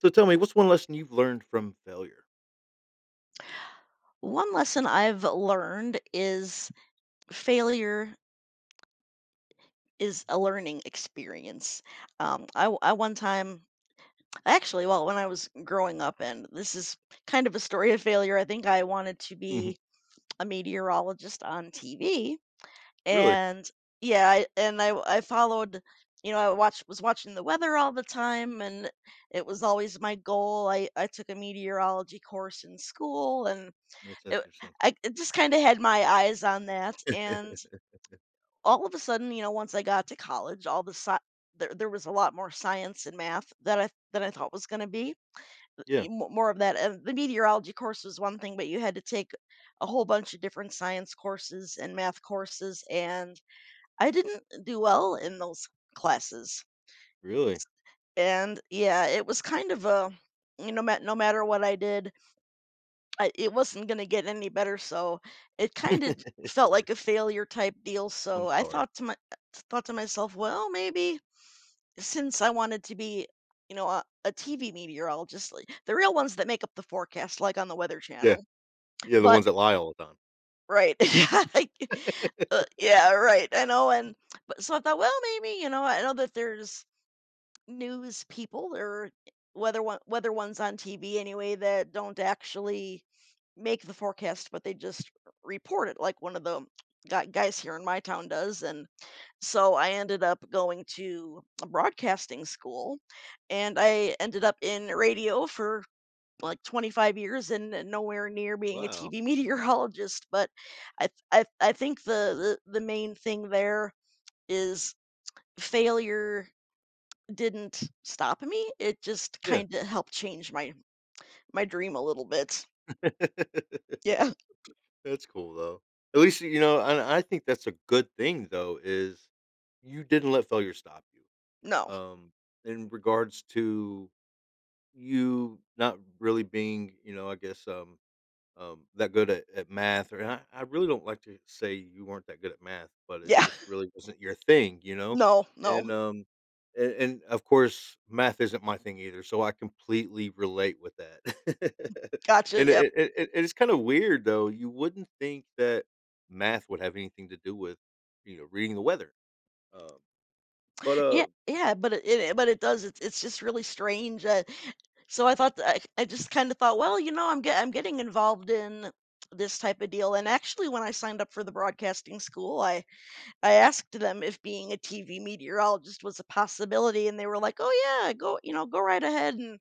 So tell me, what's one lesson you've learned from failure? One lesson I've learned is failure is a learning experience. I one time, when I was growing up, and this is kind of a story of failure, I think I wanted to Mhm. be a meteorologist on TV. Really? And yeah, I followed, I watched, was watching the weather all the time, and it was always my goal. I took a meteorology course in school, and That's It interesting. I it just kinda had my eyes on that, and all of a sudden, you know, once I got to college, all the sci there was a lot more science and math that I thought was gonna be. Yeah, Y mo More of that, and the meteorology course was one thing, but you had to take a whole bunch of different science courses and math courses, and I didn't do well in those classes. really. And, yeah, it was kind of a you know, ma no matter what I did I it wasn't gonna get any better, so it kinda felt like a failure type deal, so I'm I sorry. thought to my thought to myself, "Well, maybe since I wanted to be, you know, a TV meteorologist, like, the real ones that make up the forecast, like on the Weather Yeah. Channel." Yeah, the But ones that lie all the time. Right. Like, yeah, right, I know, and but so I thought, "Well, maybe, you know, I know that there's news people or whether ones on TV anyway that don't actually make the forecast, but they just report it like one of the guys here in my town does." And so I ended up going to a broadcasting school and I ended up in radio for like 25 years and nowhere near being a Wow. TV meteorologist. But I think the main thing there is failure didn't stop me, it just Yeah. kinda helped change my dream a little bit. Yeah, That's cool though. At least you know, and I think that's a good thing though, is you didn't let failure stop you. no, Um, in regards to you not really being, you know, I guess, that good at math, or and I really don't like to say you weren't that good at math, but it yeah, just really wasn't your thing, you know? no, And, no, of course, math isn't my thing either, so I completely relate with that. gotcha, And yep. it's kinda weird, though. You wouldn't think that math would have anything to do with reading the weather. Um, but, Yeah, yeah, but it but it does, it's just really strange, so I thought that I just kinda thought, "Well, you know, I'm getting involved in this type of deal," and actually, when I signed up for the broadcasting school, I asked them if being a TV meteorologist was a possibility, and they were like, "Oh, yeah, go right ahead and."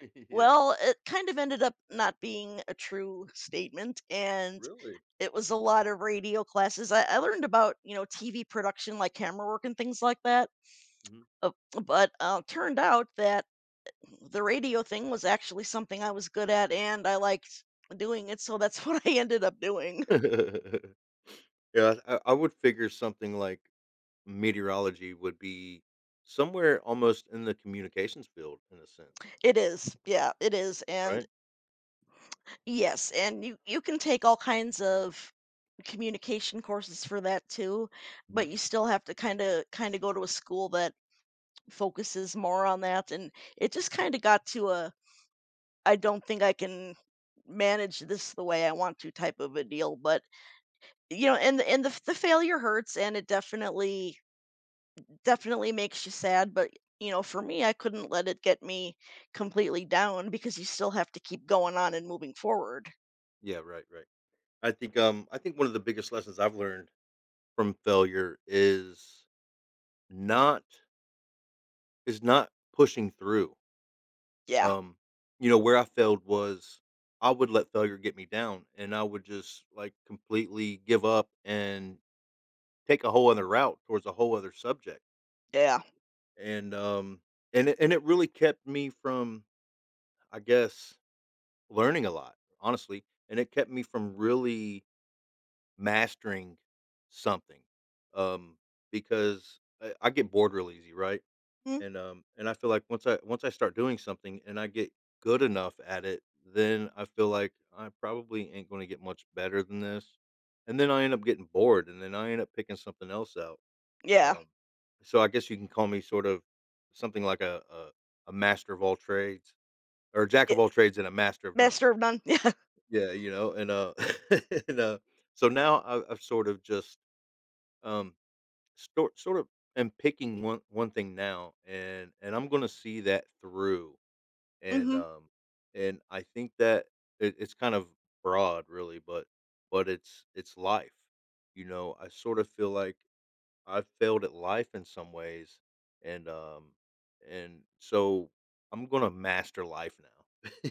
Yeah. Well, it kind of ended up not being a true statement, and Really? it was a lot of radio classes. I learned about, you know, TV production, like camera work and things like that. Mhm. Uh, but Turned out that the radio thing was actually something I was good at, and I liked doing it. So that's what I ended up doing. Yeah, I would figure something like meteorology would be somewhere almost in the communications field in a sense, It is, yeah, it is, and right? yes, and you can take all kinds of communication courses for that too, Mhm. but you still have to kind of go to a school that focuses more on that, and it just kind of got to a I don't think I can manage this the way I want to type of a deal. But you know, and the failure hurts, and it definitely makes you sad. But you know, for me, I couldn't let it get me completely down, because you still have to keep going on and moving forward. Yeah, right, right. I think one of the biggest lessons I've learned from failure not is not pushing through. Yeah. Um you know where I failed was I would let failure get me down, and I would just like completely give up and take a whole other route towards a whole other subject. Yeah. And um and it really kept me from, I guess, learning a lot, honestly, and it kept me from really mastering something, um, because I get bored real easy, right? Mm, And I feel like once I start doing something and I get good enough at it, then I feel like I probably ain't gonna get much better than this, and then I end up getting bored, and then I end up picking something else out, yeah. um, so I guess you can call me sort of something like a master of all trades, or a jack y- of all trades and a master of none. Master of none. Yeah. Yeah, you know, and, and, so now I've sort of just, um, sort of am picking one thing now, and I'm gonna see that through, and, Hmm. um, and I think that it's kind of broad really, but it's life, you know? I sort of feel like I failed at life in some ways, and, so I'm gonna master life now.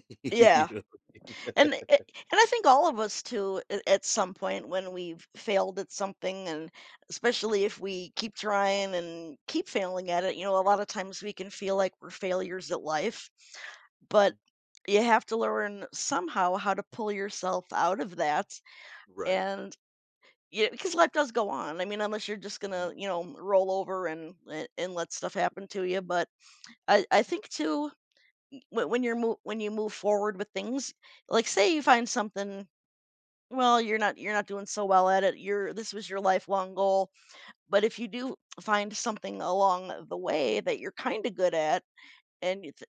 You Yeah. know what I mean? And I think all of us too, at some point when we've failed at something, and especially if we keep trying and keep failing at it, you know, a lot of times we can feel like we're failures at life, but Mhm. you have to learn somehow how to pull yourself out of that. Right. And yeah, because life does go on. I mean, unless you're just Mhm. gonna, you know, roll over and let stuff happen to you. But I think too, when you move forward with things, like say you find something well, you're not doing so well at it. You're this was your lifelong goal, but if you do find something along the way that you're kind of good at, and it's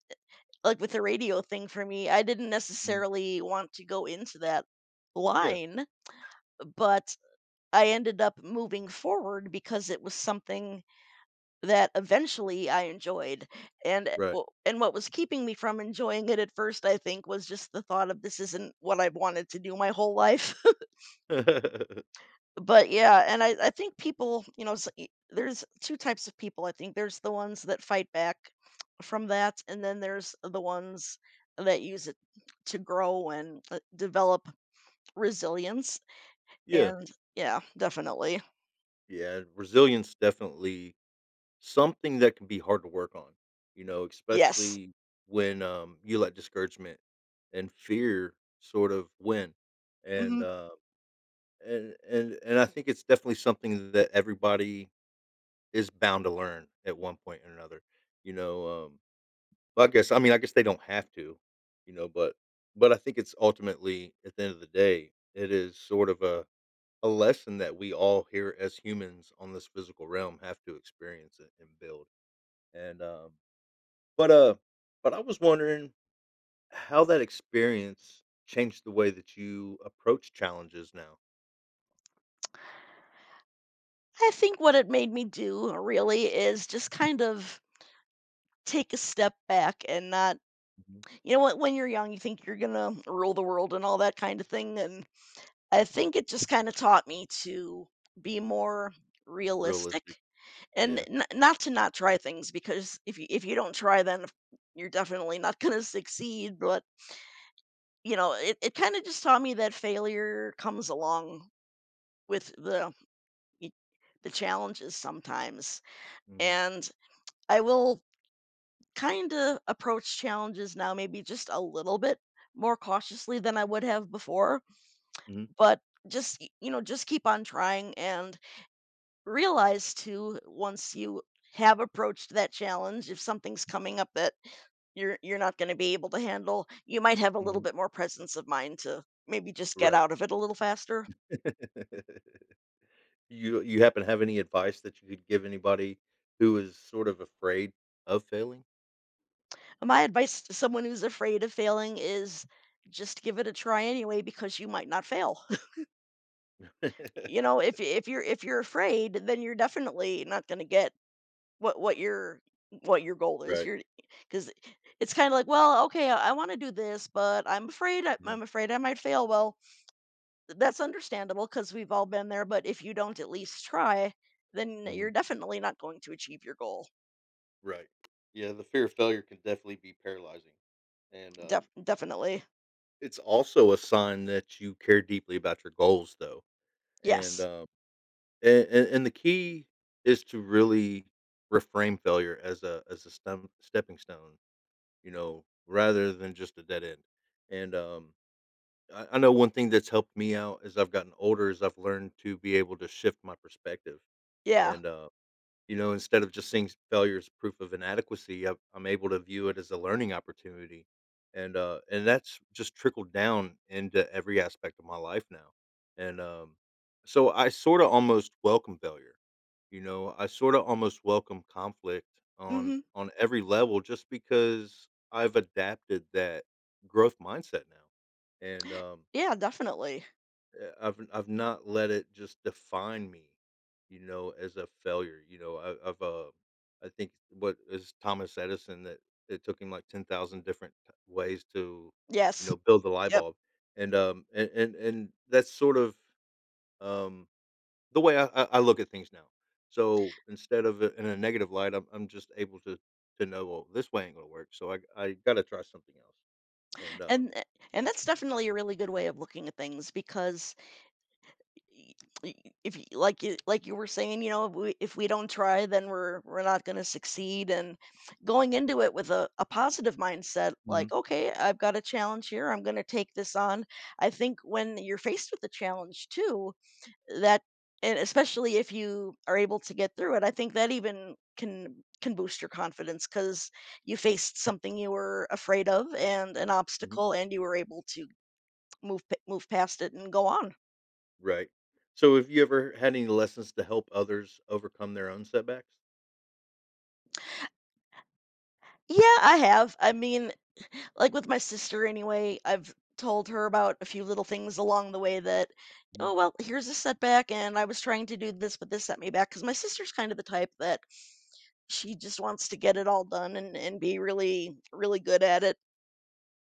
like with the radio thing for me, I didn't Mhm. necessarily want to go into that Yeah, line, but I ended up moving forward because it was something that eventually I enjoyed. And uh, right. w- and what was keeping me from enjoying it at first, I think, was just the thought of this isn't what I've wanted to do my whole life. But yeah, and I think people, you know, s e there's 2 types of people, I think. There's the ones that fight back from that, and then there's the ones that use it to grow and, develop resilience, Yeah, and yeah, definitely. yeah. Resilience definitely something that can be hard to work on, you know, Yes. especially when you let discouragement and fear sort of win. And Mhm. uh, and I think it's definitely something that everybody is bound to learn at one point or another. You know, but I guess I mean I guess they don't have to, you know, but I think it's ultimately at the end of the day, it is sort of a lesson that we all here as humans on this physical realm have to experience it and build. And but uh, but I was wondering how that experience changed the way that you approach challenges now. I think what it made me do really is just kind of take a step back and not Mhm. you know what? When you're young, you think you're gonna rule the world and all that kind of thing, and I think it just kind of taught me to be more realistic Realistic, and yeah, not to not try things, because if you don't try then you're definitely not going to succeed. But you know, it kind of just taught me that failure comes along with the y- the challenges sometimes, hmm. and I will kind of approach challenges now maybe just a little bit more cautiously than I would have before, Mhm. but just you know, just keep on trying and realize too, once you have approached that challenge, if something's coming up that you're not going to be able to handle, you might have a little Mhm. bit more presence of mind to maybe just get Right. out of it a little faster. You happen to have any advice that you could give anybody who is sort of afraid of failing? My advice to someone who's afraid of failing is just give it a try anyway, because you might not fail. You know, if you're afraid, then you're definitely not going to get what what your what your goal is. Right. You're because it's kind of like, well, okay, I want to do this, but I'm afraid I might fail. Well, that's understandable because 'cause we've all been there, but if you don't at least try, then Hmm. you're definitely not going to achieve your goal. Right. Yeah, the fear of failure can definitely be paralyzing. And, Definitely. it's also a sign that you care deeply about your goals, though. And, Yes. The key is to really reframe failure as a stepping stone, you know, rather than just a dead end. And, I know one thing that's helped me out as I've gotten older is I've learned to be able to shift my perspective. Yeah. And, you know, instead of just seeing s failure as proof of inadequacy, I'm able to view it as a learning opportunity, and, that's just trickled down into every aspect of my life now, and, so I sorta almost welcome failure, you know? I sorta almost welcome conflict on Mhm. Every level just because I've adapted that growth mindset now, and, Yeah, definitely. I've not let it just define me, you know, as a failure. You know, I think what is Thomas Edison that it took him like 10,000 different ways to, you Yes. know, build the light Yep. bulb, and, that's sort of um the way I look at things now. So instead of it in a negative light, I'm just able to know well this way ain't gonna work. So I got to try something else. And And and that's definitely a really good way of looking at things, because y- y- if you, like you like you were saying, you know, if we don't try, then we're not going to succeed. And going into it with a positive mindset, Mhm, like, okay, I've got a challenge here. I'm going to take this on. I think when you're faced with a challenge too, that and especially if you are able to get through it, I think that even can boost your confidence, because you faced something you were afraid of and an mhm. obstacle, and you were able to move past it and go on. Right. So have you ever had any lessons to help others overcome their own setbacks? Yeah, I have. I mean, like with my sister anyway, I've told her about a few little things along the way that, Mhm, oh, well, here's a setback, and I was trying to do this, but this set me back. Because my sister's kind of the type that she just wants to get it all done and be really, really good at it.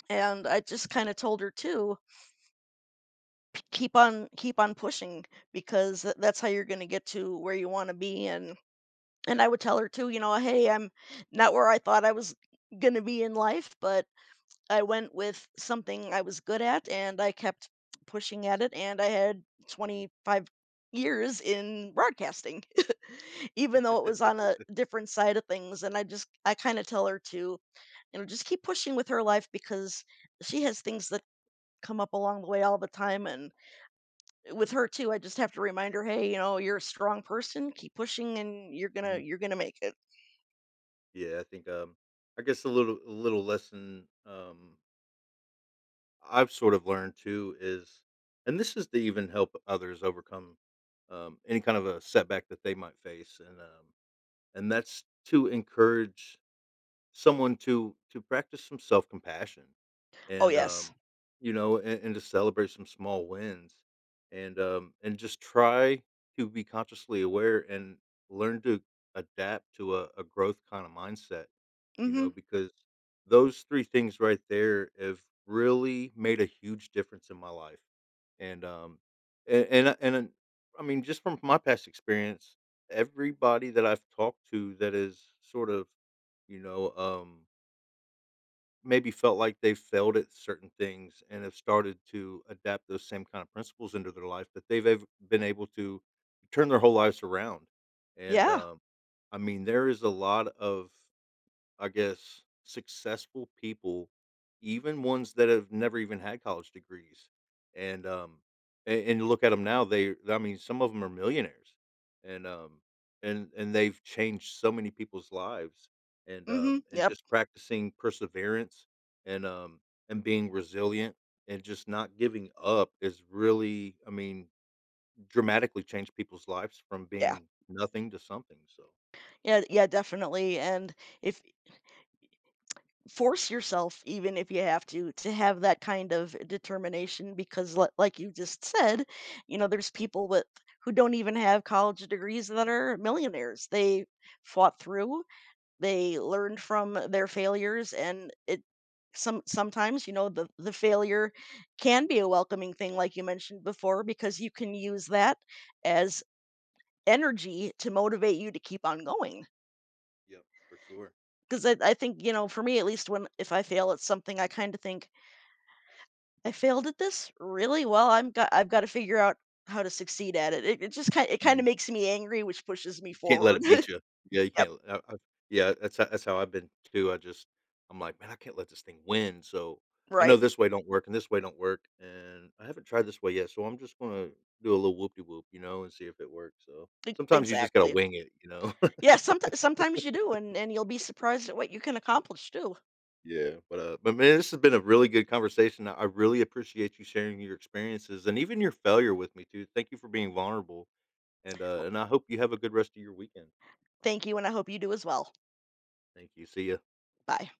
And I just kind of told her too, Keep on pushing, because that's how you're going to get to where you want to be." And I would tell her too, you know, hey, I'm not where I thought I was going to be in life, but I went with something I was good at, and I kept pushing at it, and I had 25 years in broadcasting, even though it was on a different side of things. And I just, I kind of tell her to, you know, just keep pushing with her life, because she has things that come up along the way all the time. And with her too, I just have to remind her, hey, you know, you're a strong person. Keep pushing, and mhm. you're gonna make it. Yeah, I think I guess a little lesson I've sort of learned too is, and this is to even help others overcome any kind of a setback that they might face, and that's to encourage someone to practice some self-compassion, Oh and, yes. To celebrate some small wins, and just try to be consciously aware and learn to adapt to a growth kind of mindset, you Mm-hmm. know, because those three things right there have really made a huge difference in my life. And and and, I- and uh, I mean, just from my past experience, everybody that I've talked to that is sort of, you know, maybe felt like they failed at certain things and have started to adapt those same kind of principles into their life, that been able to turn their whole lives around. And, Yeah. I mean, there is a lot of, I guess, successful people, even ones that have never even had college degrees, and, a and you look at them now, they I mean, some of them are millionaires, and, they've changed so many people's lives, and, Mm-hmm. Yep. just practicing perseverance, and, being resilient and just not giving up is really, I mean, dramatically changed people's lives from Yeah. being nothing to something, so, Yeah. Yeah. Definitely. And if force yourself, even if you have to have that kind of determination, because like you just said, you know there's people with who don't even have college degrees that are millionaires. They fought through, they learned from their failures, and it sometimes you know the failure can be a welcoming thing, like you mentioned before, because you can use that as energy to motivate you to keep on going, yep, for sure. because I think you know for me at least when if I fail at something I kind of think I failed at this really well. I've got to figure out how to succeed at it. It just kind it kind of Mhm. makes me angry, which pushes me Can't let forward. it beat you. Yeah, you Yep, can't I yeah, that's how I've been too, I'm like, "Man, I can't let this thing win," so, I know right. this way don't work and this way don't work, and I haven't tried this way yet, so I'm just gonna do a little whoop de whoop, you know, and see if it works, so, sometimes you just gotta Exactly. wing it, you know? Yeah, sometimes you do, and you'll be surprised at what you can accomplish too. Yeah, but, man, this has been a really good conversation. I really appreciate you sharing your experiences and even your failure with me too. Thank you for being vulnerable, and, I hope you have a good rest of your weekend. Thank you, and I hope you do as well. Thank you, see ya. Bye.